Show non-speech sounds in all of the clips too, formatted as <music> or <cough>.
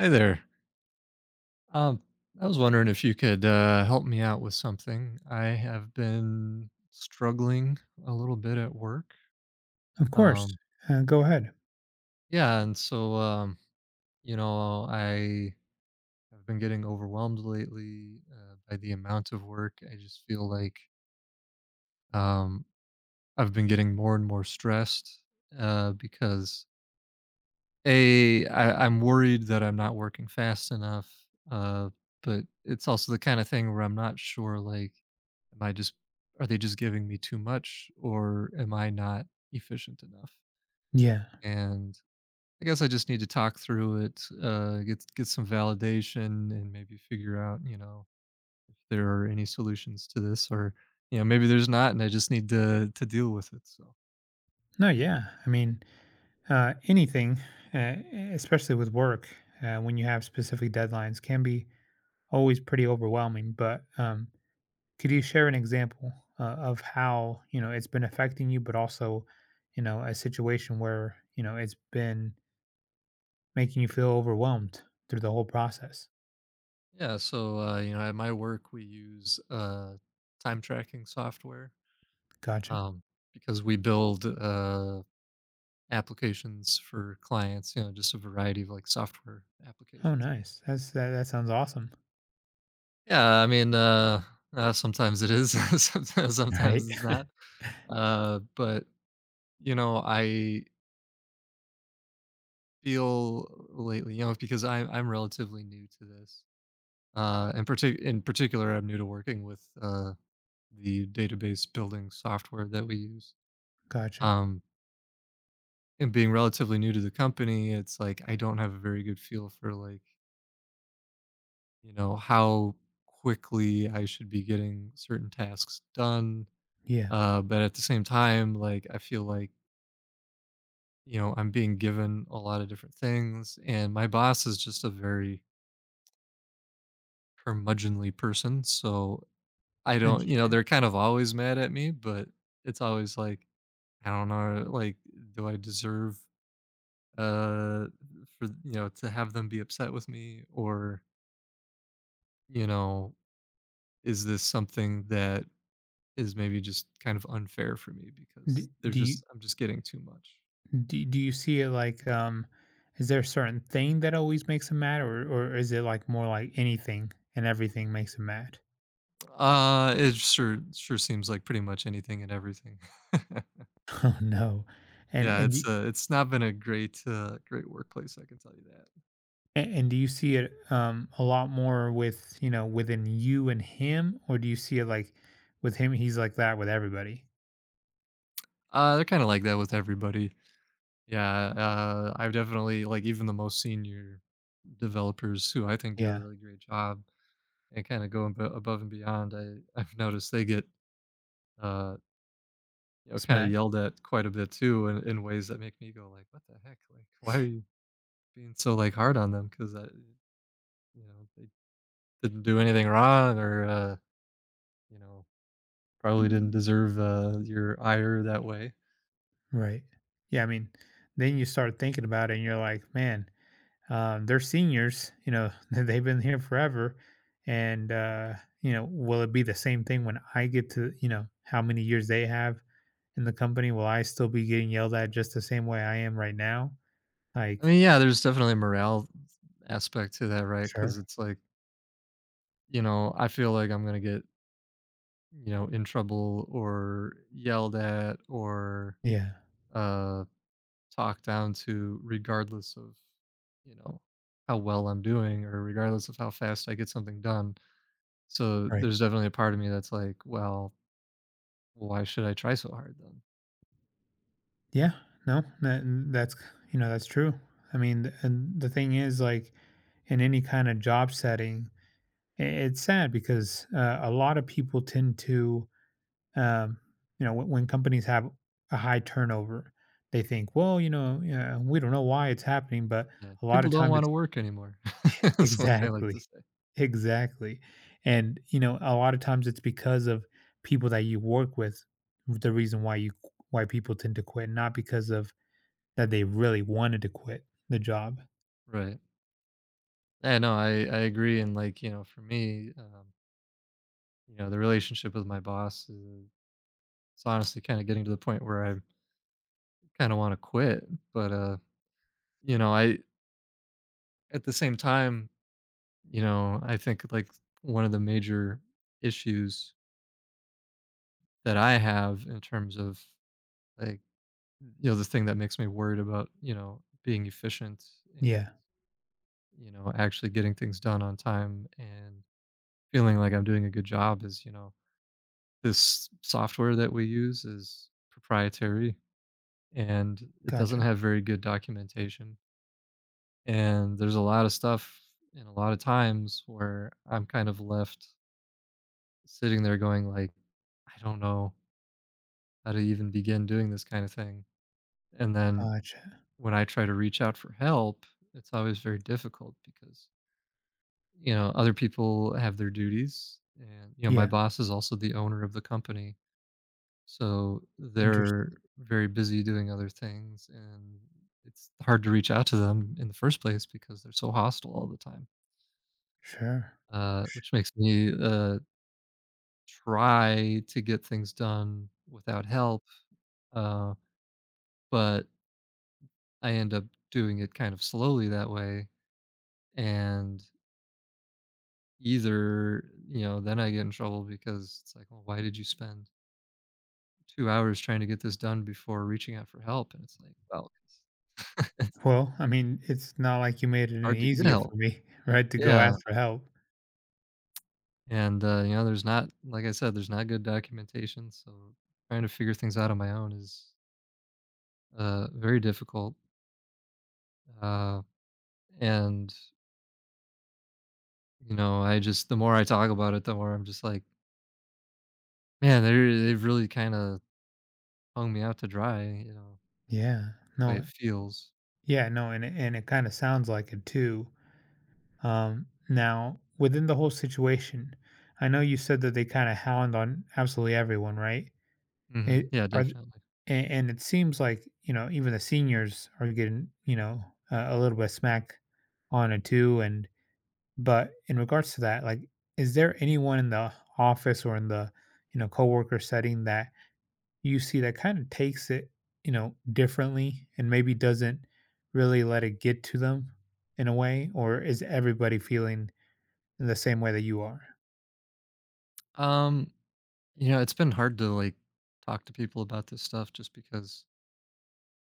Hi there. Um, I was wondering if you could help me out with something. I have been struggling a little bit at work. Of course. Um, Go ahead. yeah, and so I have been getting overwhelmed lately by the amount of work. I just feel like um, I've been getting more and more stressed because A I I'm worried that I'm not working fast enough, uh, but it's also the kinda thing where I'm not sure, like, am I just are they just giving me too much, or am I not efficient enough? Yeah. And I guess I just need to talk through it, get some validation and maybe figure out if there are any solutions to this or, maybe there's not and I just need to deal with it, so No, yeah. I mean, anything, uh, especially with work, when you have specific deadlines, can be always pretty overwhelming. But could you share an example of how, you know, it's been affecting you, but also, you know, a situation where, you know, it's been making you feel overwhelmed through the whole process? yeah, so, you know, at my work, we use, time tracking software. Gotcha. um, because we build applications for clients, you know, just a variety of like software Oh, applications. nice. That sounds awesome. Yeah, I mean, sometimes it is, <laughs> Right. sometimes it's <laughs> not. But you know, I feel lately, you know, because I'm relatively new to this, in particular, I'm new to working with the database building software that we use. Gotcha. Um, and being relatively new to the company, it's like I don't have a very good feel for like you know, how quickly I should be getting certain tasks done. Yeah. But at the same time, like, I feel like, you know, I'm being given a lot of different things. And my boss is just a very curmudgeonly person. So I don't, you know, Interesting. they're kind of always mad at me, but it's always like, I don't know, like, do I deserve uh for you know to have them be upset with me or you know is this something that is maybe just kind of unfair for me Do, because they're do you just I'm just getting too much. do you see it like is there a certain thing that always makes him mad or is it like more like anything and everything makes him mad? It sure seems like pretty much anything and everything. <laughs> <laughs> Oh no. And Yeah, and y- it's not been a great, great workplace, I can tell you that. and and do you see it a lot more with, you know, within you and him or do you see it like with him he's like that with everybody? They're kinda like that with everybody. Yeah, I've definitely like, even the most senior developers who I think do a Yeah. really great job and kinda go ab above and beyond, I've noticed they get, uh, you know, kinda Smack. yelled at quite a bit too in ways that make me go like, "What the heck? Like, why are you being so, like, hard on them because you know, they didn't do anything wrong or, you know, probably didn't deserve, your ire that way. Right. Yeah, I mean, then you start thinking about it and you're like, man, they're seniors, you know, <laughs> they've been here forever. And, you know, will it be the same thing when I get to, you know, how many years they have in the company? Will I still be getting yelled at just the same way I am right now? I Like, mean, yeah, there's definitely a morale aspect to that, right? Because sure. it's like, you know, I feel like I'm gonna get, you know, in trouble or yelled at or, Yeah. uh, talked down to regardless of, you know, how well I'm doing or regardless of how fast I get something done. So, Right. there's definitely a part of me that's like, "Well, why should I try so hard then?" Yeah. No, that, that's, you know, that's true. I mean, and the thing is, like, in any kind of job setting, it's sad because a lot of people tend to um, you know, when companies have a high turnover, they think, well, you know, yeah, we don't know why it's happening, but Yeah. a lot People of don't time it's wanna work anymore. <laughs> <laughs> That's what they like to exactly, say. exactly, and you know, a lot of times it's because of people that you work with. The reason why you Why people tend to quit, not because of that they really wanted to quit the job. Right. Yeah, no, I agree, and, like, you know, for me, you know, the relationship with my boss is it's honestly kinda getting to the point where I kinda wanna quit, but, you know, I at the same time, you know, I think, like, one of the major issues that I have in terms of, like, you know, the thing that makes me worried about, you know, being efficient and Yeah, you know, actually getting things done on time and feeling like I'm doing a good job is, you know, this software that we use is proprietary and it doesn't gotcha, have very good documentation. And there's a lot of stuff and a lot of times where I'm kind of left sitting there going like, I don't know how to even begin doing this kind of thing. And then gotcha. when I try to reach out for help, it's always very difficult because you know, other people have their duties, and, you know, my Yeah, boss is also the owner of the company, so they're interesting. very busy doing other things, and it's hard to reach out to them in the first place because they're so hostile all the time, Sure. Which makes me, try to get things done without help, uh, but I end up doing it kind of slowly that way, and either, you know, then I get in trouble because it's like, "Well, why did you spend 2 hours trying to get this done before reaching out for help," and it's like, well, <laughs> it's Well, I mean, it's not like you made it any hard to get easier for help. me, <laughs> right, to go Yeah, ask for help. and, you know, there's not like I said, there's not good documentation, so trying to figure things out on my own is, very difficult, uh, and, you know, I just the more I talk about it, the more I'm just like, "Man, they've really kinda hung me out to dry," you know, Yeah. the way No. it feels. Yeah, no, and it kinda sounds like it too. Now, within the whole situation, I know you said that they kinda hound on absolutely everyone, right? Mhm. It Yeah, are th definitely. And it seems like, you know, even the seniors are getting, you know, a little bit of smack on it too, and but in regards to that, like, is there anyone in the office or in the, you know, coworker setting that you see that kind of takes it, you know, differently and maybe doesn't really let it get to them in a way? Or is everybody feeling in the same way that you are? Um, you know, it's been hard to, like, talk to people about this stuff just because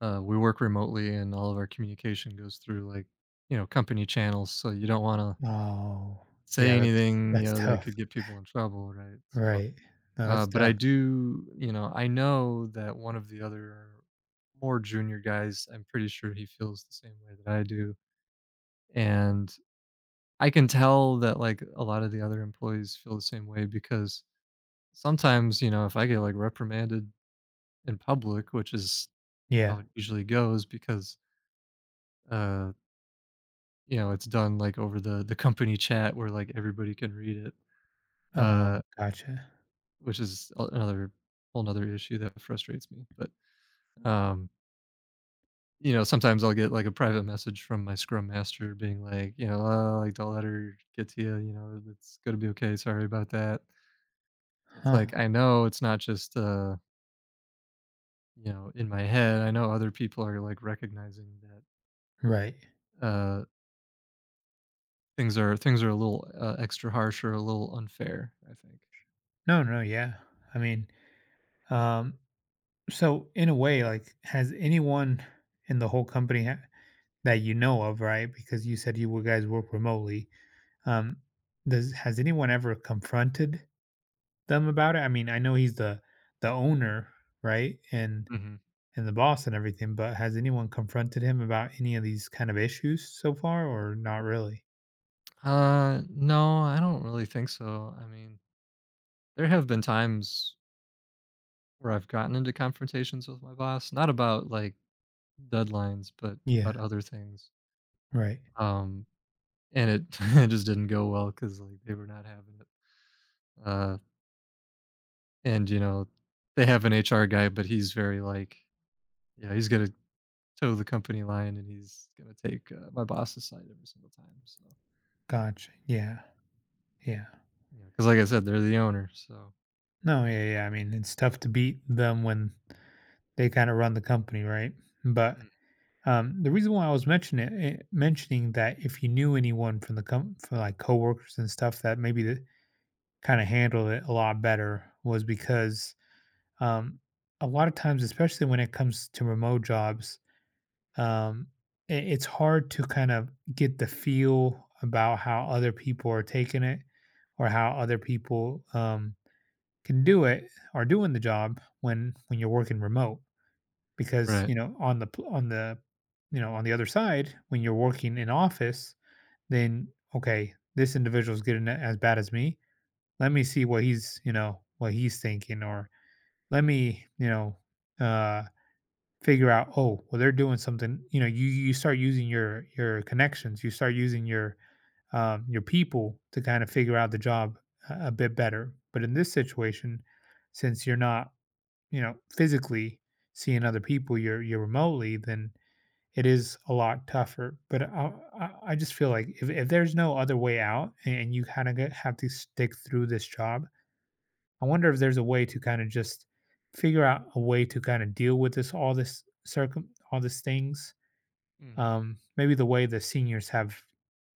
We work remotely and all of our communication goes through like, you know, company channels. So you don't want to Oh, yeah, say anything, you that's know, that tough. could get people in trouble, right? So, Right. No, that's but I tough. do, you know, I know that one of the other more junior guys, I'm pretty sure he feels the same way that I do. And I can tell that like a lot of the other employees feel the same way because sometimes, you know, if I get like reprimanded in public, which is how Yeah. it usually goes because uh you know, it's done, like, over the company chat where, like, everybody can read it, uh, Oh, gotcha. which is a another whole 'nother issue that frustrates me, but, um, you know, sometimes I'll get, like, a private message from my scrum master being like, you know, "Oh, like, don't let her get to you, you know, it's gonna be okay, sorry about that." So it's Huh. like, I know it's not just, you know, in my head, I know other people are, like, recognizing that, Right. uh, things are a little, extra harsh or a little unfair, I think. No, no, yeah. I mean, um, so in a way, like, has anyone in the whole company that you know of, right? Because you said you were guys work remotely. Um, does has anyone ever confronted them about it? I mean, I know he's the owner, right? Mhm. And the boss and everything, but has anyone confronted him about any of these kind of issues so far or not really? No, I don't really think so. I mean, there have been times where I've gotten into confrontations with my boss, not about like deadlines, but Yeah, about other things. right. Um, and it <laughs> it just didn't go well because like they were not having it. Uh, and you know, they have an HR guy, but he's very like, yeah, he's gonna toe the company line, and he's gonna take my boss's side every single time. So, Gotcha. Yeah, yeah. you know, because like I said, they're the owner, so No, they kind of yeah, have. yeah. I mean, it's tough to beat them when they kind of run the company, right? But Mm, the reason why I was mentioning it, mentioning that if you knew anyone from the from like coworkers and stuff that maybe that kind of handled it a lot better was because um, a lot of times, especially when it comes to remote jobs, um, it's hard to kind of get the feel about how other people are taking it or how other people can do it or doing the job when you're working remote because, right. you know, on the you know, on the other side, when you're working in office, then, "Okay, this individual's getting a as bad as me. Let me see what he's you know, what he's thinking," or, "Let me," you know, uh, "figure out, oh, well, they're doing something" you know, you start using your connections, you start using your people to kinda figure out the job a bit better. But in this situation, since you're not, you know, physically seeing other people, you're remotely, then it is a lot tougher, but I just feel like if there's no other way out and you kind of have to stick through this job, I wonder if there's a way to kind of just figure out a way to kind of deal with this all this circum all these things. Hmm. Maybe the way the seniors have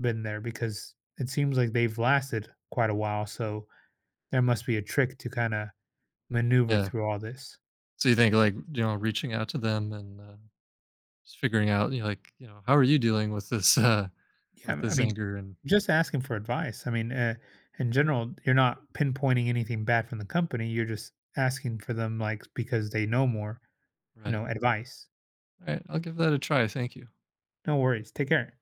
been there because it seems like they've lasted quite a while, so there must be a trick to kind of maneuver Yeah. through all this. So you think like, you know, reaching out to them and, just figuring out, you know, like, you know, how are you dealing Yeah, with I this mean, anger just asking for advice. I mean, and in general, you're not pinpointing anything bad from the company. You're just asking for them, like, because they know more, you right. know, advice. All right. I'll give that a try. Thank you. No worries. Take care.